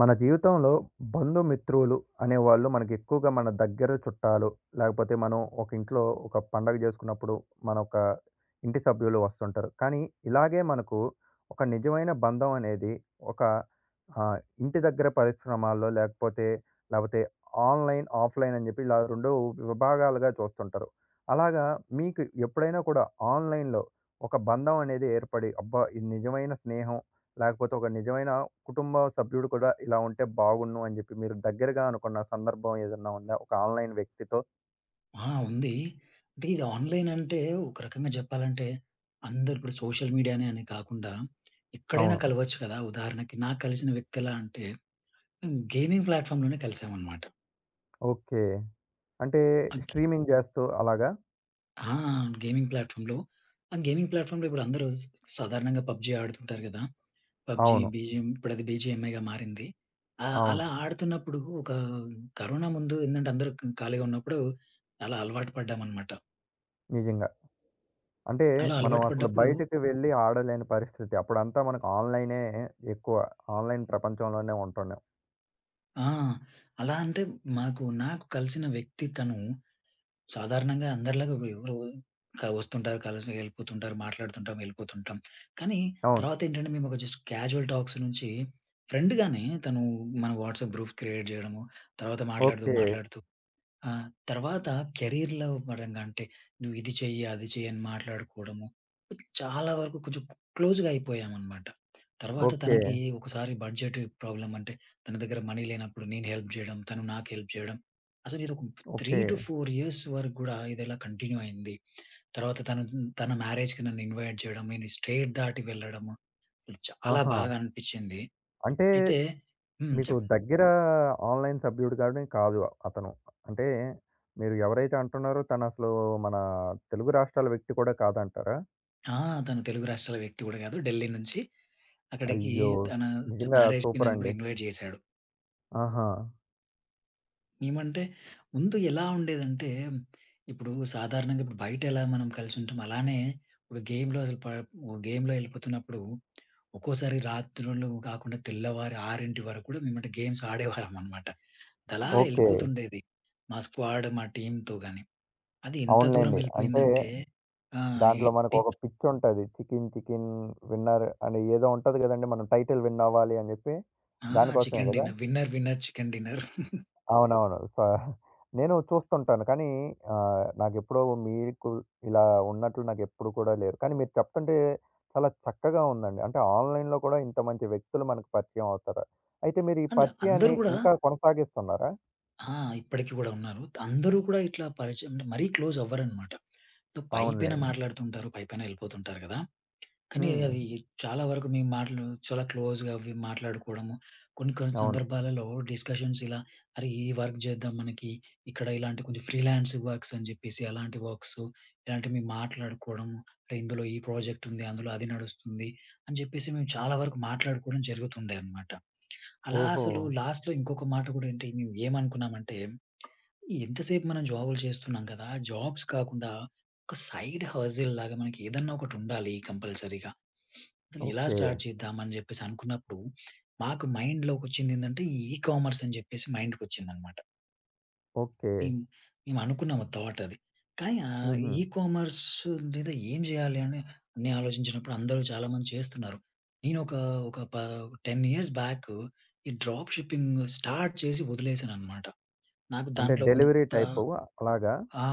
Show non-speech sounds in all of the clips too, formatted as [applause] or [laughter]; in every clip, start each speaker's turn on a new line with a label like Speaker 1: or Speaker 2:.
Speaker 1: మన జీవితంలో బంధుమిత్రులు అనేవాళ్ళు మనకి ఎక్కువగా మన దగ్గర చుట్టాలు, లేకపోతే మనం ఒక ఇంట్లో ఒక పండగ చేసుకున్నప్పుడు మన ఒక ఇంటి సభ్యులు వస్తుంటారు. కానీ ఇలాగే మనకు ఒక నిజమైన బంధం అనేది ఒక ఆ, ఇంటి దగ్గర పరిశ్రమాల్లో లేకపోతే లేకపోతే ఆన్లైన్ ఆఫ్లైన్ అని చెప్పి ఇలా రెండు విభాగాలుగా చూస్తుంటారు. అలాగా మీకు ఎప్పుడైనా కూడా ఆన్లైన్లో ఒక బంధం అనేది ఏర్పడి అబ్బా ఇది నిజమైన స్నేహం, లేకపోతే ఒక నిజమైన కుటుంబ సభ్యుడు కూడా ఇలా ఉంటే బాగున్ను అని చెప్పి మీరు దగ్గరగా అనుకున్న సందర్భం ఏదన్నా ఉందా? ఒక ఆన్‌లైన్ వ్యక్తితో?
Speaker 2: ఆ! ఉంది. అంటే ఇది ఆన్‌లైన్ అంటే ఒక రకంగా జెప్పాలంటే అందరూ ఇప్పుడు సోషల్ మీడియానే అని కాకుండా ఎక్కడైనా
Speaker 1: అవును.
Speaker 2: కలవచ్చు కదా! ఉదాహరణకి నాకు కలిసిన వ్యక్తి ఎలా అంటే గేమింగ్ ప్లాట్‌ఫామ్‌లోనే కలిసామన్నమాట.
Speaker 1: ఓకే. అంటే
Speaker 2: అగ్
Speaker 1: స్ట్రీమింగ్ జేస్తూ అలాగా?
Speaker 2: ఆ! గేమింగ్ ప్లాట్‌ఫామ్‌లో ఇప్పుడు అందరూ సాధారణంగా పబ్‌జీ ఆడుతుంటారు గదా! పబ్‌జీ
Speaker 1: అవును.
Speaker 2: బీజీఎం ఇప్పుడది బీజీఎంఐగా మారింది. అలా
Speaker 1: అవును.
Speaker 2: ఆడుతున్నప్పుడు ఒక కరోనా ముందు ఏందంటే అందరూ ఖాళీగా ఉన్నప్పుడు అలా అలవాటు పడ్డామన్నమాట.
Speaker 1: నిజంగా. అంటే
Speaker 2: అలా
Speaker 1: మనం
Speaker 2: అలవాటు
Speaker 1: అసలు
Speaker 2: పడ్డప్పుడు
Speaker 1: బయటకి వెళ్లి ఆడలేని పరిస్థితి. అప్పుడంతా మనకు ఆన్‌లైనే ఎక్కువ. ఆన్‌లైన్ ప్రపంచంలోనే ఉంటున్నాం.
Speaker 2: ఆ! అలా అంటే నాకు కలిసిన వ్యక్తి తను సాధారణంగా అందరిలాగా ఎవరు వస్తుంటారు, కలిసి వెళ్ళిపోతుంటారు, మాట్లాడుతుంటాం, వెళ్ళిపోతుంటాం. కానీ
Speaker 1: అవును.
Speaker 2: తర్వాత ఏంటంటే మేము ఒక జస్ట్ క్యాజువల్ టాక్స్ నుంచి ఫ్రెండ్‌గానే తను మన వాట్సాప్ గ్రూప్ క్రియేట్ చేయడము, తర్వాత మాట్లాడుతూ,
Speaker 1: ఓకే.
Speaker 2: మాట్లాడుతూ ఆ! తర్వాత కెరీర్‌లో పరంగా అంటే, నువ్వు ఇది చెయ్యి, అది చెయ్యి అని మాట్లాడుకోవడము. చాలా వరకు కొంచెం క్లోజ్‌గా అయిపోయామనమాట. తర్వాత
Speaker 1: ఓకే.
Speaker 2: తనకి ఒకసారి బడ్జెట్ ప్రాబ్లమ్ అంటే, తన దగ్గర మనీ లేనప్పుడు నేను హెల్ప్ జేయడం, తను నాకు హెల్ప్ జేయడం. అసలు ఇది ఒక
Speaker 1: ఓకే.
Speaker 2: 3-4 ఇయర్స్ వరకు గూడా ఇది ఇలా కంటిన్యూ అయింది. తర్వాత తను తన మ్యారేజ్‌కి నన్ను ఇన్వైట్ జేయడం, నేను స్టేట్ దాటి వెళ్ళడము. అసలు చాలా
Speaker 1: ఆహా!
Speaker 2: బాగా అనిపిచ్చింది.
Speaker 1: అంటే
Speaker 2: అయితే హ్మ్.
Speaker 1: మీకు
Speaker 2: చెప్పు.
Speaker 1: దగ్గర ఆన్‌లైన్ సభ్యుడు గాని కాదు అతను. అంటే మీరు ఎవరైతే అంటున్నారో తనసలు మన తెలుగు రాష్ట్రాల వ్యక్తి కూడా కాదంటారా?
Speaker 2: ఆ! తను తెలుగు రాష్ట్రాల వ్యక్తి గూడా గాదు. ఢిల్లీ నుంచి అక్కడికి
Speaker 1: అయ్యో! ఓహ్!
Speaker 2: తన
Speaker 1: నిజంగా
Speaker 2: మ్యారేజ్‌కి నన్ను కూడా
Speaker 1: సూపరండి.
Speaker 2: ఇన్వైట్ చేశాడు.
Speaker 1: ఆహా!
Speaker 2: ఏమంటే ముందు ఎలా ఉండేదంటే, ఇప్పుడు బయట ఎలా మనం కలిసి ఉంటామో అలానే ఇప్పుడు గేమ్‌లో అసలు ప గేమ్‌లో ఎళ్ళిపోతున్నప్పుడు ఒక్కోసారి రాత్రుళ్ళు కాకుండా తెల్లవారి 6 వరకు కూడా మేమంటే గేమ్స్ ఆడేవాళ్ళమనమాట. అదలా
Speaker 1: ఓకే.
Speaker 2: ఎళ్ళిపోతుండేది. మా స్క్వాడ్, మా టీమ్‌తో గాని. అది ఎంత దూరం
Speaker 1: అవునులెండి. అంటే
Speaker 2: ఎళ్ళిపోయిందంటే ఆహ్, ఈ
Speaker 1: దాంట్లో మనకొక
Speaker 2: టిప్
Speaker 1: పిచ్చుంటది. 'చికెన్ చికెన్ విన్నర్' అని ఏదో ఉంటది గదండీ! మనం టైటిల్ విన్ అవ్వాలి అని జెప్పి.
Speaker 2: ఆ!
Speaker 1: దానికోసమే
Speaker 2: చికెన్
Speaker 1: గదా!
Speaker 2: Dinner. Winner winner chicken dinner. [laughs]
Speaker 1: అవునవును. నేను చూస్తుంటాను. కానీ నాకెప్పుడూ మీకు ఇలా ఉన్నట్లు నాకెప్పుడు కూడా లేరు. కానీ మీరు చెప్తుంటే చాలా చక్కగా ఉందండి. అంటే ఆన్‌లైన్‌లో కూడా ఇంత మంచి వ్యక్తులు మనకు పరిచయం అవుతారు. అయితే మీరు ఈ
Speaker 2: అంటే అందరూ
Speaker 1: పరిచయాన్ని
Speaker 2: కూడా
Speaker 1: ఇంకా కొనసాగిస్తున్నారా?
Speaker 2: ఆ! ఇప్పటికి గూడా ఉన్నారు. అందరూ కూడా ఇట్లా పరిచయం అంటే మరీ క్లోజ్ అవ్వరనమాట. సో, పైపైన
Speaker 1: అవునులెండి.
Speaker 2: మాట్లాడుతుంటారు. పైపైన ఎళ్ళిపోతుంటారు గదా! కానీ
Speaker 1: హ్మ్.
Speaker 2: అవి చాలా వరకు మేము మాటలు చాలా క్లోజ్‌గా అవి మాట్లాడుకోవడము. కొన్ని కొన్ని
Speaker 1: అవును.
Speaker 2: సందర్భాలలో డిస్కషన్స్ ఇలా అరే! ఈ వర్క్ జేద్దాం మనకి. ఇక్కడ ఇలాంటి కొంచెం ఫ్రీలాన్స్ వర్క్స్ అని జెప్పేసి అలాంటి వర్క్స్ ఇలాంటివి మేము మాట్లాడుకోవడము. అరే! ఇందులో ఈ ప్రాజెక్ట్ ఉంది. అందులో అది నడుస్తుంది. అని జెప్పేసి మేము చాలా వరకు మాట్లాడుకోవడం జరుగుతుండే అనమాట. అలా
Speaker 1: ఓహో!
Speaker 2: అసలు లాస్ట్‌లో ఇంకొక మాట గూడా ఏంటి మేము ఏమనుకున్నామంటే ఎంతసేపు మనం జాబులు చేస్తున్నాం కదా! జాబ్స్ కాకుండా ఒక సైడ్ హజిల్ లాగా మనకి ఏదన్నా ఒకటుండాలి కంపల్సరీగా. అసలు ఎలా
Speaker 1: ఓకే.
Speaker 2: స్టార్ట్ చేద్దాం అని జెప్పేసి అనుకున్నప్పుడు, మాకు మైండ్‌లోకొచ్చిందేందంటే ఈ ఈకామర్స్ అని జెప్పేసి మైండ్‌కొచ్చిందనమాట.
Speaker 1: ఓకే.
Speaker 2: మేం మేము మేము అనుకున్నాము థాట్ అది. కానీ
Speaker 1: హుహు.
Speaker 2: ఈకామర్స్ మీద ఏం జేయాలి అని అని ఆలోచించినప్పుడు అందరూ చాలామంది చేస్తున్నారు. నేనొక ఒక ప 10 ఇయర్స్ బ్యాక్ ఈ డ్రాప్ షిప్పింగ్ స్టార్ట్ చేసి వదిలేసాననమాట. నాకు
Speaker 1: అంటే
Speaker 2: దాంట్లో
Speaker 1: డెలివరీ
Speaker 2: కొంత
Speaker 1: టైపు అలాగా?
Speaker 2: ఆ!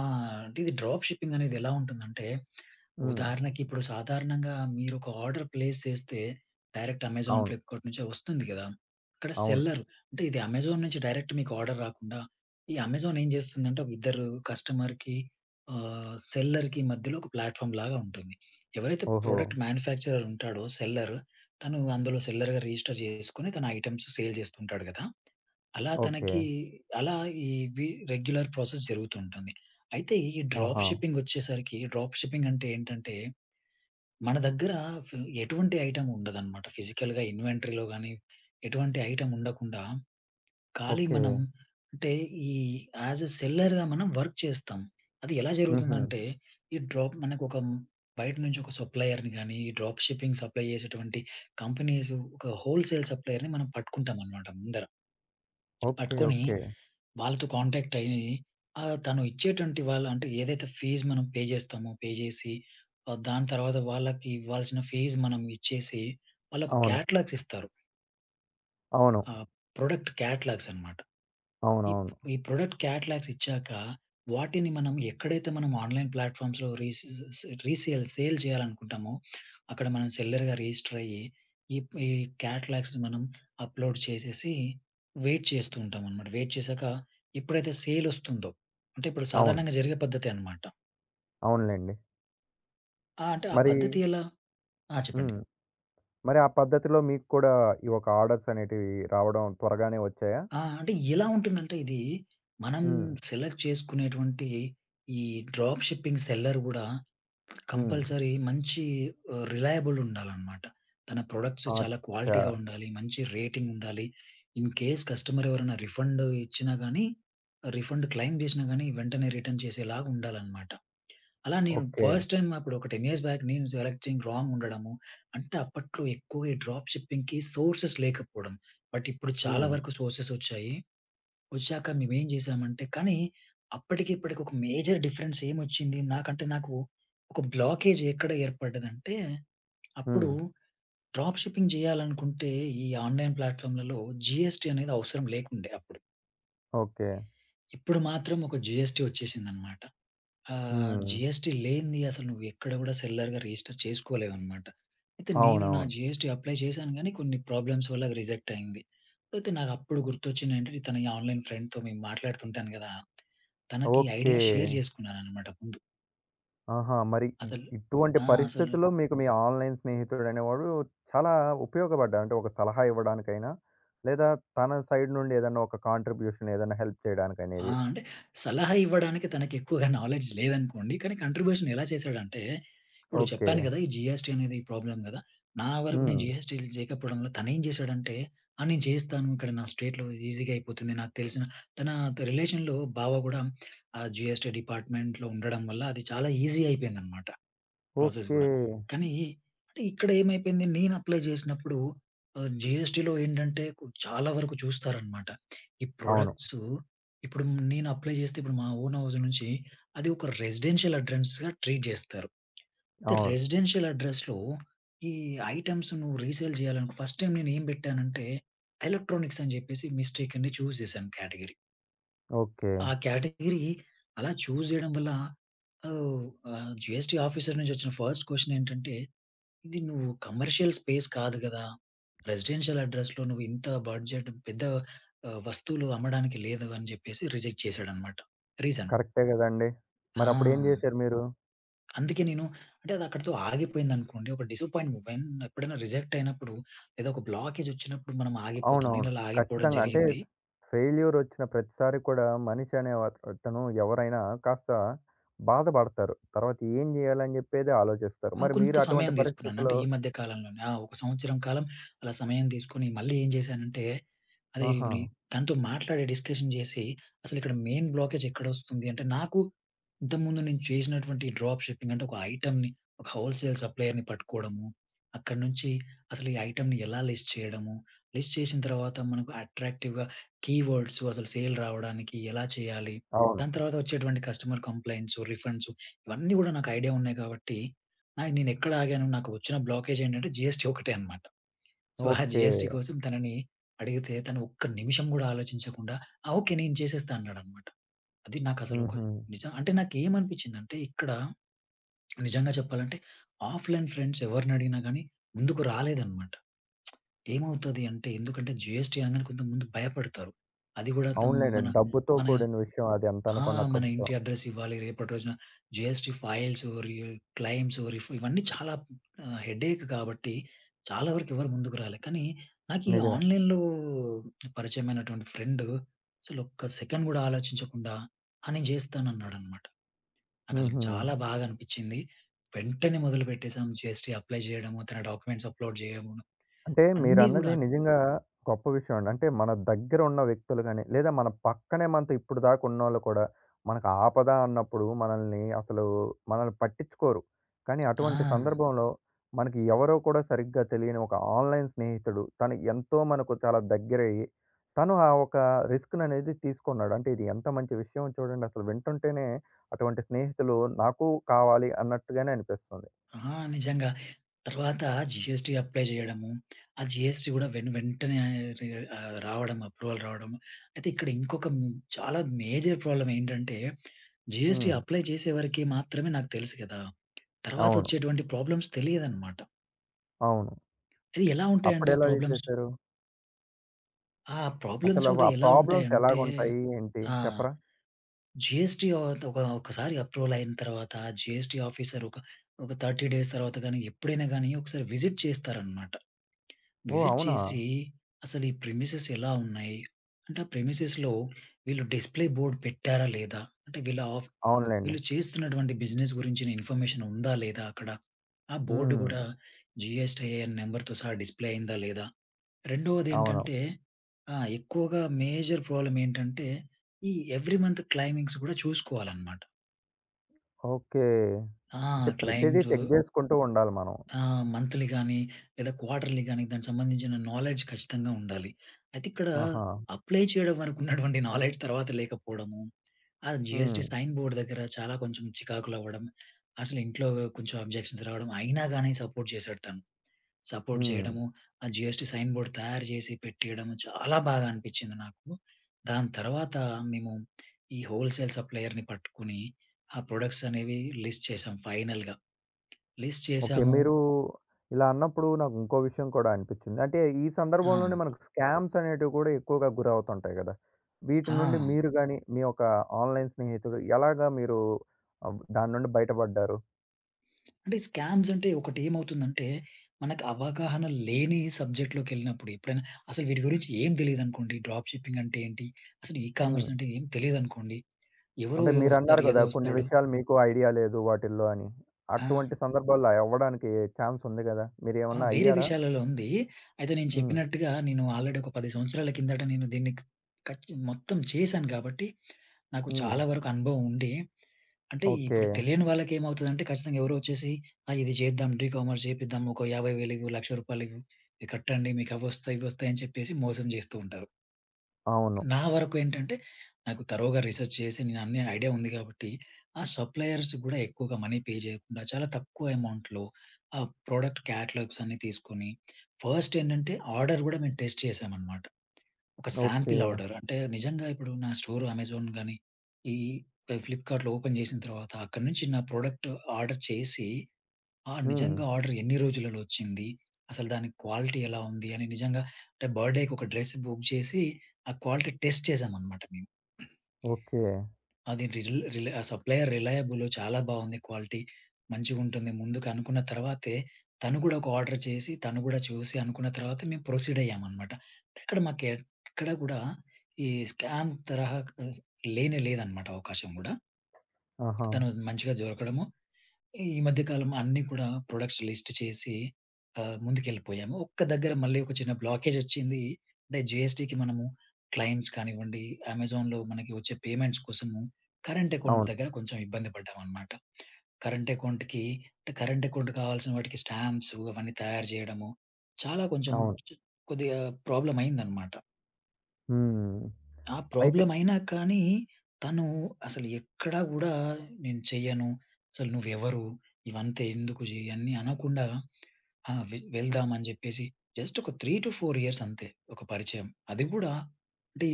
Speaker 2: అంటే ఇది డ్రాప్ షిప్పింగ్ అనేది ఎలా ఉంటుందంటే,
Speaker 1: హ్మ్.
Speaker 2: ఉదాహరణకి ఇప్పుడు సాధారణంగా మీరొక ఆర్డర్ ప్లేస్ చేస్తే డైరెక్ట్ అమెజాన్,
Speaker 1: అవును.
Speaker 2: ఫ్లిప్‌కార్ట్ నుంచే వస్తుంది కదా! ఇక్కడ
Speaker 1: అవును.
Speaker 2: సెల్లర్ అంటే ఇది అమెజాన్ నుంచి డైరెక్ట్ మీకు ఆర్డర్ రాకుండా, ఈ అమెజాన్ ఏం చేస్తుందంటే ఒక ఇద్దరు కస్టమర్‌కి సెల్లర్‌కి మధ్యలో ఒక ప్లాట్‌ఫార్మ్ లాగా ఉంటుంది. ఎవరైతే
Speaker 1: ఓహో!
Speaker 2: ప్రొడక్ట్ మ్యానుఫ్యాక్చరర్ ఉంటాడో సెల్లర్, తను అందులో సెల్లర్‌గా రిజిస్టర్ చేసుకొని తన ఐటెమ్స్ సేల్ చేస్తుంటాడు కదా! అలా
Speaker 1: ఓకే.
Speaker 2: తనకి అలా ఇవి రెగ్యులర్ ప్రాసెస్ జరుగుతుంటుంది. అయితే ఈ డ్రాప్
Speaker 1: ఆహా!
Speaker 2: షిప్పింగ్ వచ్చేసరికి డ్రాప్ షిప్పింగ్ అంటే ఏంటంటే, మన దగ్గర ఫి ఎటువంటి ఐటెమ్ ఉండదనమాట. ఫిజికల్‌గా ఇన్వెంటరీలో గాని, ఎటువంటి ఐటెమ్ ఉండకుండా ఖాళీ
Speaker 1: ఓకే.
Speaker 2: మనం అంటే ఈ యాస్ ఎ సెల్లర్‌గా మనం వర్క్ చేస్తాం. అది ఎలా
Speaker 1: హుహు.
Speaker 2: జరుగుతుందంటే, ఈ డ్రాప్ మనకు ఒక బయట నుంచి ఒక సప్లయర్‌ని గాని, ఈ డ్రాప్ షిప్పింగ్ సప్లై చేసేటువంటి కంపెనీస్ ఒక హోల్‌సేల్ సప్లయర్‌ని మనం పట్టుకుంటామనమాట ముందర.
Speaker 1: ఓకే.
Speaker 2: పట్టుకొని
Speaker 1: ఓకే.
Speaker 2: వాళ్ళతో కాంటాక్ట్ అయ్యి, తను ఇచ్చేటువంటి వాళ్ళ అంటే ఏదైతే ఫీజ్ మనం పే చేస్తామో, పే చేసి దాని తర్వాత వాళ్ళకి ఇవ్వాల్సిన ఫీజ్ మనం ఇచ్చేసి, వాళ్ళకు
Speaker 1: అవును.
Speaker 2: క్యాటలాగ్స్ ఇస్తారు.
Speaker 1: అవును.
Speaker 2: ఆ ప్రొడక్ట్ క్యాటలాగ్స్ అన్నమాట.
Speaker 1: అవునవును.
Speaker 2: ఈ ప్రొడక్ట్ క్యాటలాగ్స్ ఇచ్చాక, వాటిని మనం ఎక్కడైతే మనం ఆన్‌లైన్ ప్లాట్‌ఫార్మ్స్‌లో రీసేల్ సేల్ చేయాలనుకుంటామో, అక్కడ మనం సెల్లర్‌గా రిజిస్టర్ అయ్యి, ఈ ఈ క్యాటలాగ్స్‌ని మనం అప్‌లోడ్ చేసేసి వెయిట్ చేస్తూ ఉంటామనమాట. వెయిట్ చేశాక ఎప్పుడైతే సేల్ వస్తుందో, అంటే ఇప్పుడు
Speaker 1: అవును.
Speaker 2: సాధారణంగా జరిగే పద్ధతే అనమాట.
Speaker 1: అవునులెండి.
Speaker 2: ఆ! అంటే ఆ
Speaker 1: మరి
Speaker 2: పద్ధతి ఎలా? ఆ! చెప్పండి.
Speaker 1: హ్మ్. మరి ఆ పద్ధతిలో మీకు కూడా ఈ ఒక ఆర్డర్స్ అనేటివి రావడం త్వరగానే వచ్చాయా?
Speaker 2: ఆ! అంటే ఎలా ఉంటుందంటే ఇది మనం
Speaker 1: హ్మ్.
Speaker 2: సెలెక్ట్ చేసుకునేటువంటి ఈ డ్రాప్ షిప్పింగ్ సెల్లర్ గూడా
Speaker 1: హ్మ్.
Speaker 2: కంపల్సరీ మంచి రిలయబుల్ ఉండాలనమాట. తన ప్రొడక్ట్స్ చాలా
Speaker 1: అచ్చా!
Speaker 2: క్వాలిటీగా ఉండాలి. మంచి రేటింగ్ ఉండాలి. ఇన్ కేస్ కస్టమర్ ఎవరైనా రిఫండ్ ఇచ్చినా గాని, రిఫండ్ క్లెయిమ్ చేసినా గాని వెంటనే రిటర్న్ చేసేలాగా ఉండాలనమాట. అలా నేను
Speaker 1: ఓకే.
Speaker 2: ఫస్ట్ టైమ్ అప్పుడు ఒక 10 ఇయర్స్ బ్యాక్ నేను సెలెక్టింగ్ రాంగ్ ఉండడము. అంటే అప్పట్లో ఎక్కువ ఈ డ్రాప్ షిప్పింగ్‌కి సోర్సెస్ లేకపోవడం. బట్ ఇప్పుడు చాలా
Speaker 1: హ్మ్.
Speaker 2: వరకు సోర్సెస్ వచ్చాయి. వచ్చాక మేమేం జేసామంటే కానీ అప్పటికి ఇప్పటికి ఒక మేజర్ డిఫరెన్స్ ఏమొచ్చింది నాకు ఒక బ్లాకేజ్ ఎక్కడ ఏర్పడ్డదంటే, అప్పుడు
Speaker 1: హ్మ్.
Speaker 2: డ్రాప్ షిప్పింగ్ జేయాలనుకుంటే ఈ ఆన్‌లైన్ ప్లాట్‌ఫార్మ్‌లలో జీఎస్టీ అనేది అవసరం లేకుండే అప్పుడు.
Speaker 1: ఓకే.
Speaker 2: ఇప్పుడు మాత్రం ఒక జీఎస్టీ వచ్చేసిందనమాట.
Speaker 1: హ్మ్.
Speaker 2: జీఎస్టీ లేనిది అసలు నువ్వెక్కడ గూడా సెల్లర్‌గా రిజిస్టర్ చేసుకోలేవనమాట. అయితే నేను నా
Speaker 1: అవునవును.
Speaker 2: జీఎస్టీ అప్లై చేశాను గానీ కొన్ని ప్రాబ్లమ్స్ వల్ల అది రిజెక్ట్ అయింది. అయితే నాకప్పుడు గుర్తొచ్చిందేంటంటే తన ఈ ఆన్‌లైన్ ఫ్రెండ్‌తో మేము మాట్లాడుతుంటాను గదా! తనకి
Speaker 1: ఓకే.
Speaker 2: ఐడియా షేర్ జేసుకున్నాననమాట ముందు.
Speaker 1: ఆహా! మరి ఇ
Speaker 2: అసలు
Speaker 1: ఇటువంటి
Speaker 2: ఆ! అసలు
Speaker 1: పరిస్థితుల్లో మీకు మీ ఆన్‌లైన్ స్నేహితుడనేవాడు చాలా ఉపయోగపడ్డారు. అంటే ఒక సలహా ఇవ్వడానికైనా, లేదా తన సైడ్ నుండి ఏదన్నా ఒక కాంట్రిబ్యూషన్ ఏదన్నా హెల్ప్
Speaker 2: ఆ!
Speaker 1: చేయడానికనేది.
Speaker 2: అంటే సలహా ఇవ్వడానికి తనకెక్కువగా నాలెడ్జ్ లేదనుకోండి. కానీ కాంట్రిబ్యూషన్ ఎలా చేశాడంటే, ఇప్పుడు
Speaker 1: ఓకే.
Speaker 2: చెప్పాను గదా! ఈ జీఎస్టీ అనేది ప్రాబ్లమ్ గదా! నా వరకు నేను
Speaker 1: హ్మ్.
Speaker 2: జీఎస్టీ చేయకపోవడం వల్ల తనేం జేశాడంటే, "ఆ! నేను చేస్తాను. ఇక్కడ నా స్టేట్‌లో ఈజీగా అయిపోతుంది. నాకు తెలిసిన" తన రిలేషన్‌లో బావ గూడా ఆ జీఎస్టీ డిపార్ట్‌మెంట్‌లో ఉండడం వల్ల అది చాలా ఈజీ అయిపోయిందనమాట. Process
Speaker 1: okay.
Speaker 2: గూడా. కానీ అంటే ఇక్కడ ఏమైపోయింది నేను అప్లై చేసినప్పుడు జీఎస్టీలో ఏంటంటే చాలా వరకు చూస్తారనమాట. ఈ
Speaker 1: అవును.
Speaker 2: ప్రొడక్ట్స్ ఇప్పుడు నేను అప్లై చేస్తే ఇప్పుడు మా ఓన్ హౌస్ నుంచి అది ఒక రెసిడెన్షియల్ అడ్రెస్‌గా ట్రీట్ చేస్తారు. అయితే
Speaker 1: అవును.
Speaker 2: రెసిడెన్షియల్ అడ్రెస్‌లో ఈ ఐటెమ్స్ నువ్వు రీసేల్ చేయాలనుకో ఫస్ట్ టైమ్ నేను ఏం పెట్టానంటే ఎలక్ట్రానిక్స్ అని చెప్పేసి మిస్టేకంలీ చూజ్ చేశాను కేటగిరీ.
Speaker 1: ఓకే.
Speaker 2: ఆ కేటగరీ అలా చూజ్ జేయడం వల్ల ఆహ్, ఆహ్, జీఎస్టీ ఆఫీసర్ నుంచి వచ్చిన ఫస్ట్ క్వెషన్ ఏంటంటే, "ఇది నువ్వు కమర్షియల్ స్పేస్ కాదు గదా! రెసిడెన్షియల్ అడ్రెస్‌లో నువ్వు ఇంత బడ్జెట్ పెద్ద వస్తువులు అమ్మడానికి లేదు" అని జెప్పేసి రిజెక్ట్ చేశాడన్నమాట. రీజన్.
Speaker 1: కరెక్టే గదండీ! మరప్పుడేం
Speaker 2: ఆ!
Speaker 1: జేశారు మీరు?
Speaker 2: అందుకే నేను అంటే అది అక్కడితో ఆగిపోయిందనుకోండి. ఒక డిసప్పాయింట్‌మెంట్ వెన్ ఎప్పుడైనా రిజెక్ట్ అయినప్పుడు లేదా ఒక బ్లాకేజ్ వచ్చినప్పుడు మనం ఆగిపోతాం. నేను
Speaker 1: అవునవును.
Speaker 2: అలా ఆగిపోవడం
Speaker 1: ఖచ్చితంగా. అంటే
Speaker 2: జరిగింది.
Speaker 1: ఫెయిల్యూరొచ్చిన ప్రతిసారి కూడా మనిషి అనే వ అతను ఎవరైనా కాస్త బాధపడతారు. తర్వాత ఏం జేయాలని జెప్పేదే ఆలోచిస్తారు.
Speaker 2: ఆ!
Speaker 1: మరి
Speaker 2: కొంత
Speaker 1: మీరు అటువంటి
Speaker 2: సమయం తీసుకున్నాను. అంటే
Speaker 1: పరిస్థితిలో
Speaker 2: ఈ మధ్య కాలంలోనే. ఆ! ఒక సంవత్సరం కాలం అలా సమయం తీసుకొని మళ్ళీ ఏం చేశానంటే, అదే
Speaker 1: ఆహా!
Speaker 2: ఇప్పుడు తనతో మాట్లాడి డిస్కషన్ చేసి, అసలు ఇక్కడ మెయిన్ బ్లాకేజ్ ఎక్కడొస్తుంది అంటే, నాకు ఇంతకుముందు నేను చేసినటువంటి డ్రాప్ షిప్పింగ్ అంటే, ఒక ఐటెమ్‌ని ఒక హోల్‌సేల్ సప్లయర్‌ని పట్టుకోవడము. అక్కడి నుంచి అసలు ఈ ఐటెమ్‌ని ఎలా లిస్ట్ చేయడము. లిస్ట్ చేసిన తర్వాత మనకు అట్రాక్టివ్‌గా కీవర్డ్స్ అసలు సేల్ రావడానికి ఎలా చేయాలి.
Speaker 1: అవును.
Speaker 2: దాని తర్వాత వచ్చేటువంటి కస్టమర్ కంప్లెయింట్స్, రిఫండ్స్ ఇవన్నీ కూడా నాకు ఐడియా ఉన్నాయి కాబట్టి ఆ! నేనెక్కడ ఆగాను. నాకు వచ్చిన బ్లాకేజ్ ఏంటంటే జీఎస్టీ ఒకటే అన్నమాట. సో, ఆ
Speaker 1: ఓకే.
Speaker 2: జీఎస్టీ కోసం తనని అడిగితే తను ఒక్క నిమిషం గూడా ఆలోచించకుండా ఆ! ఓకే. నేను చేసేస్తా అన్నాడన్నమాట. అది నాకసలు ఒక
Speaker 1: హుహు.
Speaker 2: నిజం అంటే నాకేమనిపించిందంటే ఇక్కడ నిజంగా చెప్పాలంటే ఆఫ్‌లైన్ ఫ్రెండ్స్ ఎవరినడిగినా గానీ ముందుకు రాలేదన్నమాట. ఏమవుతది అంటే ఎందుకంటే జీఎస్టీ అనగానే కొంతమంది భయపడతారు. అది గూడా తం మన
Speaker 1: అవునులెండి. డబ్బుతో
Speaker 2: మన
Speaker 1: కూడిన విషయం అది
Speaker 2: ఆ!
Speaker 1: ఎంతనుకున్నా
Speaker 2: మన
Speaker 1: కొంచెం.
Speaker 2: ఇంటి అడ్రెస్ ఇవ్వాలి. రేపటి రోజున జీఎస్టీ ఫైల్స్, క్లెయిమ్స్, ఇవన్నీ చాలా హెడేక్ కాబట్టి చాలా వరకు ఎవరు ముందుకు రాలే. కానీ నాకు ఈ
Speaker 1: నిజమే.
Speaker 2: ఆన్‌లైన్‌లో పరిచయమైనటువంటి ఫ్రెండ్ అసలు ఒక్క సెకండ్ గూడా ఆలోచించకుండా "ఆ! నేను జేస్తానన్నాడనమాట." నాకసలు
Speaker 1: హుహు.
Speaker 2: చాలా బాగా అనిపిచ్చింది. వెంటనే మొదలుపెట్టేసాం జీఎస్టీ అప్లై జేయడము, తన డాక్యుమెంట్స్ అప్‌లోడ్ జేయము
Speaker 1: అంటే
Speaker 2: అన్నీ
Speaker 1: మీరన్నది
Speaker 2: గూడా.
Speaker 1: నిజంగా గొప్ప విషయం అండి. అంటే మన దగ్గర ఉన్న వ్యక్తులు గాని, లేదా మన పక్కనే మనతో ఇప్పుడు దాకా ఉన్నోళ్ళు కూడా మనకు ఆపద అన్నప్పుడు మనల్ని అసలు మనల్ని పట్టించుకోరు. కానీ
Speaker 2: ఆ!
Speaker 1: అటువంటి సందర్భంలో మనకి ఎవరో కూడా సరిగ్గా తెలియని ఒక ఆన్‌లైన్ స్నేహితుడు తను ఎంతో మనకు చాలా దగ్గరయ్యి, తను ఆ ఒక రిస్క్‌ననేది తీసుకున్నాడు. అంటే ఇది ఎంత మంచి విషయం చూడండి, అసలు వింటుంటేనే అటువంటి స్నేహితులు నాకు కావాలి అన్నట్టుగానే అనిపిస్తుంది.
Speaker 2: ఆ! నిజంగా. తర్వాత జీఎస్టీ అప్లై చేయడము. ఆ జీఎస్టీ గూడా వెను వెంటనే రి రావడం అప్రూవల్ రావడం. అయితే ఇక్కడ ఇంకొక చాలా మేజర్ ప్రాబ్లమ్ ఏంటంటే, జీఎస్టీ
Speaker 1: హ్మ్.
Speaker 2: అప్లై చేసే వరకి మాత్రమే నాకు తెలుసు కదా! తర్వాత
Speaker 1: అవును.
Speaker 2: వచ్చేటువంటి ప్రాబ్లమ్స్ తెలియదన్నమాట.
Speaker 1: అవును.
Speaker 2: అది ఎలా ఉంటాయంటే ఆ
Speaker 1: అప్పుడెలా ఇది
Speaker 2: ప్రాబ్లమ్స్
Speaker 1: చేశారు?
Speaker 2: ఆ! ప్రాబ్లమ్స్
Speaker 1: అసలు
Speaker 2: గూడా
Speaker 1: ఆ
Speaker 2: ఎలా
Speaker 1: ప్రాబ్లమ్స్
Speaker 2: ఉంటాయంటే
Speaker 1: ఎలాగుంటాయి? ఏంటి
Speaker 2: ఆహ్,
Speaker 1: చెప్పరా?
Speaker 2: జీఎస్టీ ఆహ్, ఒక ఒకసారి అప్రూవల్ అయిన తర్వాత జీఎస్టీ ఆఫీసర్ ఒక 30 డేస్ తర్వాత గానీ, ఎప్పుడైనా గానీ ఒకసారి విజిట్ చేస్తారన్నమాట.
Speaker 1: ఓహ్!
Speaker 2: విజిట్
Speaker 1: అవునా?
Speaker 2: చేసి అసలు ఈ ప్రెమిసెస్ ఎలా ఉన్నాయి? అంటే ఆ ప్రెమిసెస్‌లో వీళ్ళు డిస్‌ప్లే బోర్డ్ పెట్టారా లేదా? అంటే వీళ్ళ ఆఫ్
Speaker 1: అవునులెండి.
Speaker 2: వీళ్ళు చేస్తున్నటువంటి బిజినెస్ గురించిన ఇన్ఫర్మేషన్ ఉందా లేదా అక్కడ? ఆ బోర్డ్
Speaker 1: హ్మ్.
Speaker 2: గూడా జీఎస్‌టీఐఎన్ నంబర్‌తో సహా డిస్‌ప్లే అయిందా లేదా?
Speaker 1: అవును.
Speaker 2: రెండవదేంటంటే ఎక్కువగా మేజర్ ప్రాబ్లమ్ ఏంటంటే ఈ ఎవ్రీ మంత్ క్లైమింగ్స్ గూడా చూసుకోవాలన్నమాట.
Speaker 1: ఓకే.
Speaker 2: ఆ!
Speaker 1: అంటే ప్రతిదీ
Speaker 2: క్లైమ్స్
Speaker 1: చెక్ జేసుకుంటూ ఉండాలి మనం.
Speaker 2: ఆ! మంథ్‌లీ గాని, లేదా క్వార్టర్‌లీ గాని దానికి సంబంధించిన నాలెడ్జ్ ఖచ్చితంగా ఉండాలి. అయితే ఇక్కడ
Speaker 1: ఆహా!
Speaker 2: అప్లై చేయడం వరకున్నటువంటి నాలెడ్జ్ తర్వాత లేకపోవడము, ఆ జీఎస్టీ
Speaker 1: హ్మ్.
Speaker 2: సైన్ బోర్డ్ దగ్గర చాలా కొంచెం చికాకులవ్వడం, అసలు ఇంట్లో కొంచెం అబ్జెక్షన్స్ రావడం అయినా గాని సపోర్ట్ చేసాడు తను. సపోర్ట్
Speaker 1: హ్మ్.
Speaker 2: చేయడము, ఆ జీఎస్టీ సైన్ బోర్డ్ తయారు చేసి పెట్టియడము చాలా బాగా అనిపించింది నాకు. దాని తర్వాత మేము ఈ హోల్‌సేల్ సప్లయర్‌ని పట్టుకొని, ఆ ప్రొడక్ట్స్ అనేవి లిస్ట్ చేసాం ఫైనల్‌గా. List
Speaker 1: okay.
Speaker 2: చేసాము
Speaker 1: మీరు ఇలా అన్నప్పుడు నాకు ఇంకో విషయం కూడా అనిపిచ్చింది. అంటే ఈ
Speaker 2: ఆ!
Speaker 1: సందర్భంలోనే మనకు స్కామ్స్ అనేటివి కూడా ఎక్కువగా గురవుతుంటాయి గదా! వీటి నుండి
Speaker 2: ఆ!
Speaker 1: మీరు గాని, మీ యొక్క ఆన్‌లైన్ స్నేహితుడు ఎలాగా మీరు దాని నుండి బయటపడ్డారు?
Speaker 2: అంటే స్కామ్స్ అంటే ఒకటేమవుతుందంటే, మనకు అవగాహన లేని సబ్జెక్ట్‌లోకెళ్ళినప్పుడు ఎప్పుడైనా అసలు వీటి గురించి ఏం తెలీదనుకోండి. డ్రాప్ షిప్పింగ్ అంటే ఏంటి? అసలు ఈ కామర్స్
Speaker 1: హ్మ్.
Speaker 2: అంటే ఏం తెలీదనుకోండి. ఎవరో
Speaker 1: అంటే
Speaker 2: వస్తారు,
Speaker 1: మీరన్నారు గదా!
Speaker 2: ఏదో
Speaker 1: కొన్ని
Speaker 2: వస్తాడు.
Speaker 1: విషయాలు మీకు ఐడియా లేదు వాటిల్లో అని.
Speaker 2: ఆ!
Speaker 1: అటువంటి సందర్భాల్లో అవ్వడానికి ఛాన్స్ ఉంది గదా!
Speaker 2: ఆ!
Speaker 1: మీరేమన్నా
Speaker 2: వేరే
Speaker 1: అయ్యారా?
Speaker 2: విషయాలలో ఉంది. అయితే నేను
Speaker 1: హ్మ్.
Speaker 2: చెప్పినట్టుగా నేను ఆల్రెడీ ఒక 10 సంవత్సరాల కిందట నేను దీన్ని మొత్తం చేశాను కాబట్టి, నాకు
Speaker 1: హ్మ్.
Speaker 2: చాలా వరకు అనుభవం ఉండి, అంటే
Speaker 1: ఓకే.
Speaker 2: ఇప్పుడు తెలియని వాళ్ళకేమవుతదంటే ఖచ్చితంగా ఎవరో వచ్చేసి "ఆ! ఇది చేద్దాం డీకామర్స్ చేపిద్దాం. ఒక రూ. 50,000 ఇవ్వు, రూ. 1,00,000 ఇవ్వు, ఇవి కట్టండి మీకు అవొస్తాయి, ఇవొస్తాయి" అని చెప్పేసి మోసం చేస్తూ ఉంటారు.
Speaker 1: అవును.
Speaker 2: నా వరకు ఏంటంటే, నాకు తరోగా రిసర్చ్ చేసి నేను అన్ని ఐడియా ఉంది కాబట్టి, ఆ సప్లయర్స్ గూడా ఎక్కువగా మనీ పే చేయకుండా చాలా తక్కువ అమౌంట్‌లో ఆ ప్రొడక్ట్ క్యాటలాగ్స్ అన్నీ తీసుకొని, ఫస్ట్ ఏంటంటే ఆర్డర్ గూడా మేము టెస్ట్ చేసామనమాట. ఒక
Speaker 1: ఓకే.
Speaker 2: శాంపిల్ ఆర్డర్ అంటే నిజంగా ఇప్పుడు నా స్టోర్ అమెజాన్ గాని, ఈ ఫ్లిప్‌కార్ట్‌లో ఓపెన్ చేసిన తర్వాత అక్కడి నుంచి నా ప్రొడక్ట్ ఆర్డర్ చేసి ఆ!
Speaker 1: హ్మ్.
Speaker 2: నిజంగా ఆర్డర్ ఎన్ని రోజులలో వచ్చింది? అసలు దాని క్వాలిటీ ఎలా ఉంది? అని నిజంగా అంటే బర్త్‌డేకి ఒక డ్రెస్ బుక్ చేసి, ఆ క్వాలిటీ టెస్ట్ చేసామనమాట మేము.
Speaker 1: ఓకే.
Speaker 2: అది రిల్ రిల ఆ సప్లయర్ రిలయబుల్ చాలా బాగుంది క్వాలిటీ. మంచిగుంటుంది ముందుకు అనుకున్న తర్వాతే, తను కూడా ఒక ఆర్డర్ చేసి, తను కూడా చూసి అనుకున్న తర్వాత మేము ప్రొసీడ్ అయ్యామనమాట. ఇక్కడ మాకు ఎక్కడ కూడా ఈ స్కామ్ తరహా లేనే లేదనమాట అవకాశం కూడా.
Speaker 1: ఆహా!
Speaker 2: తను మంచిగా దొరకడము, ఈ మధ్య కాలం అన్నీ కూడా ప్రొడక్ట్స్ లిస్ట్ చేసి ముందుకెళ్ళిపోయాము. ఒక్క దగ్గర మళ్ళీ ఒక చిన్న బ్లాకేజ్ వచ్చింది. అంటే జీఎస్టీకి మనము క్లయింట్స్ కానివ్వండి, అమెజాన్‌లో మనకి వచ్చే పేమెంట్స్ కోసము కరెంట్ అకౌంట్
Speaker 1: అవును.
Speaker 2: దగ్గర కొంచెం ఇబ్బంది పడ్డామనమాట. కరెంట్ అకౌంట్‌కి అంటే కరెంట్ అకౌంట్ కావాల్సిన వాటికి స్టాంప్స్ అవన్నీ తయారు చేయడము చాలా కొంచెం
Speaker 1: అవును.
Speaker 2: చ్ కొద్దిగా ప్రాబ్లమ్ అయిందనమాట.
Speaker 1: హ్మ్.
Speaker 2: ఆ!
Speaker 1: అయితే
Speaker 2: ప్రాబ్లమ్ అయినా కానీ, తను అసలు ఎక్కడా గూడా నేను చెయ్యను. అసలు నువ్వెవరు? ఇవంతా ఎందుకు జె ఇయన్నీ అనకుండా ఆ! వెళ్దాం అని జెప్పేసి జస్ట్ ఒక 3-4 ఇయర్స్ అంతే ఒక పరిచయం. అది గూడా అంటే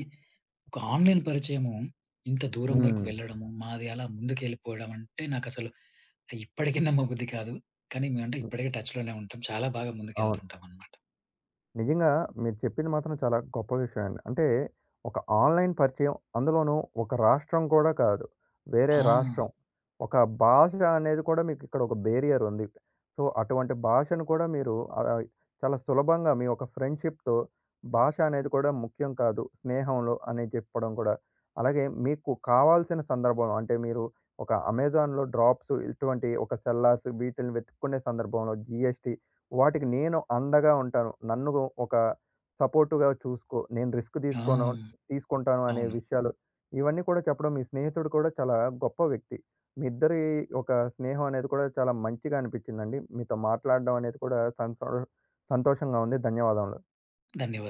Speaker 2: ఒక ఆన్‌లైన్ పరిచయము ఇంత దూరం వరకు
Speaker 1: హ్మ్.
Speaker 2: వెళ్ళడము, మాది అలా ముందుకెళ్ళిపోవడం అంటే నాకసలు ఇప్పటికి నమ్మబుద్ధి కాదు. కానీ మేమంటే
Speaker 1: హ్మ్.
Speaker 2: ఇప్పటికి టచ్‌లోనే ఉంటాం. చాలా బాగా
Speaker 1: అవును.
Speaker 2: ముందుకెళ్తుంటామనమాట.
Speaker 1: నిజంగా మీరు చెప్పింది మాత్రం చాలా గొప్ప విషయం అండి. అంటే ఒక ఆన్‌లైన్ పరిచయం, అందులోనూ ఒక రాష్ట్రం కూడా కాదు. వేరే
Speaker 2: ఆ!
Speaker 1: రాష్ట్రం. ఒక భాష అనేది కూడా మీకు ఇక్కడ ఒక బేరియర్ ఉంది. సో, అటువంటి భాషను కూడా మీరు చాలా సులభంగా మీ యొక్క ఫ్రెండ్‌షిప్‌తో భాష అనేది కూడా ముఖ్యం కాదు. స్నేహంలో అని చెప్పడం కూడా. అలాగే మీకు కావాల్సిన సందర్భం అంటే మీరు ఒక అమెజాన్‌లో డ్రాప్స్ ఇటువంటి ఒక సెల్లార్స్ వీటిల్ని వెతుక్కునే సందర్భంలో జీఎస్టీ వాటికి నేను అండగా ఉంటాను. నన్ను ఒక సపోర్ట్‌గా చూసుకో. నేను రిస్క్
Speaker 2: ఆ!
Speaker 1: తీసుకోను తీసుకుంటాను అనే
Speaker 2: అవును.
Speaker 1: విషయాలు ఇవన్నీ కూడా చెప్పడం మీ స్నేహితుడు కూడా చాలా గొప్ప వ్యక్తి. మీ ఇద్దరి ఒక స్నేహం అనేది కూడా చాలా మంచిగా అనిపించిందండి. మీతో మాట్లాడడం అనేది కూడా సంతోషంగా ఉంది. ధన్యవాదములు.
Speaker 2: ధన్యవాదాలు.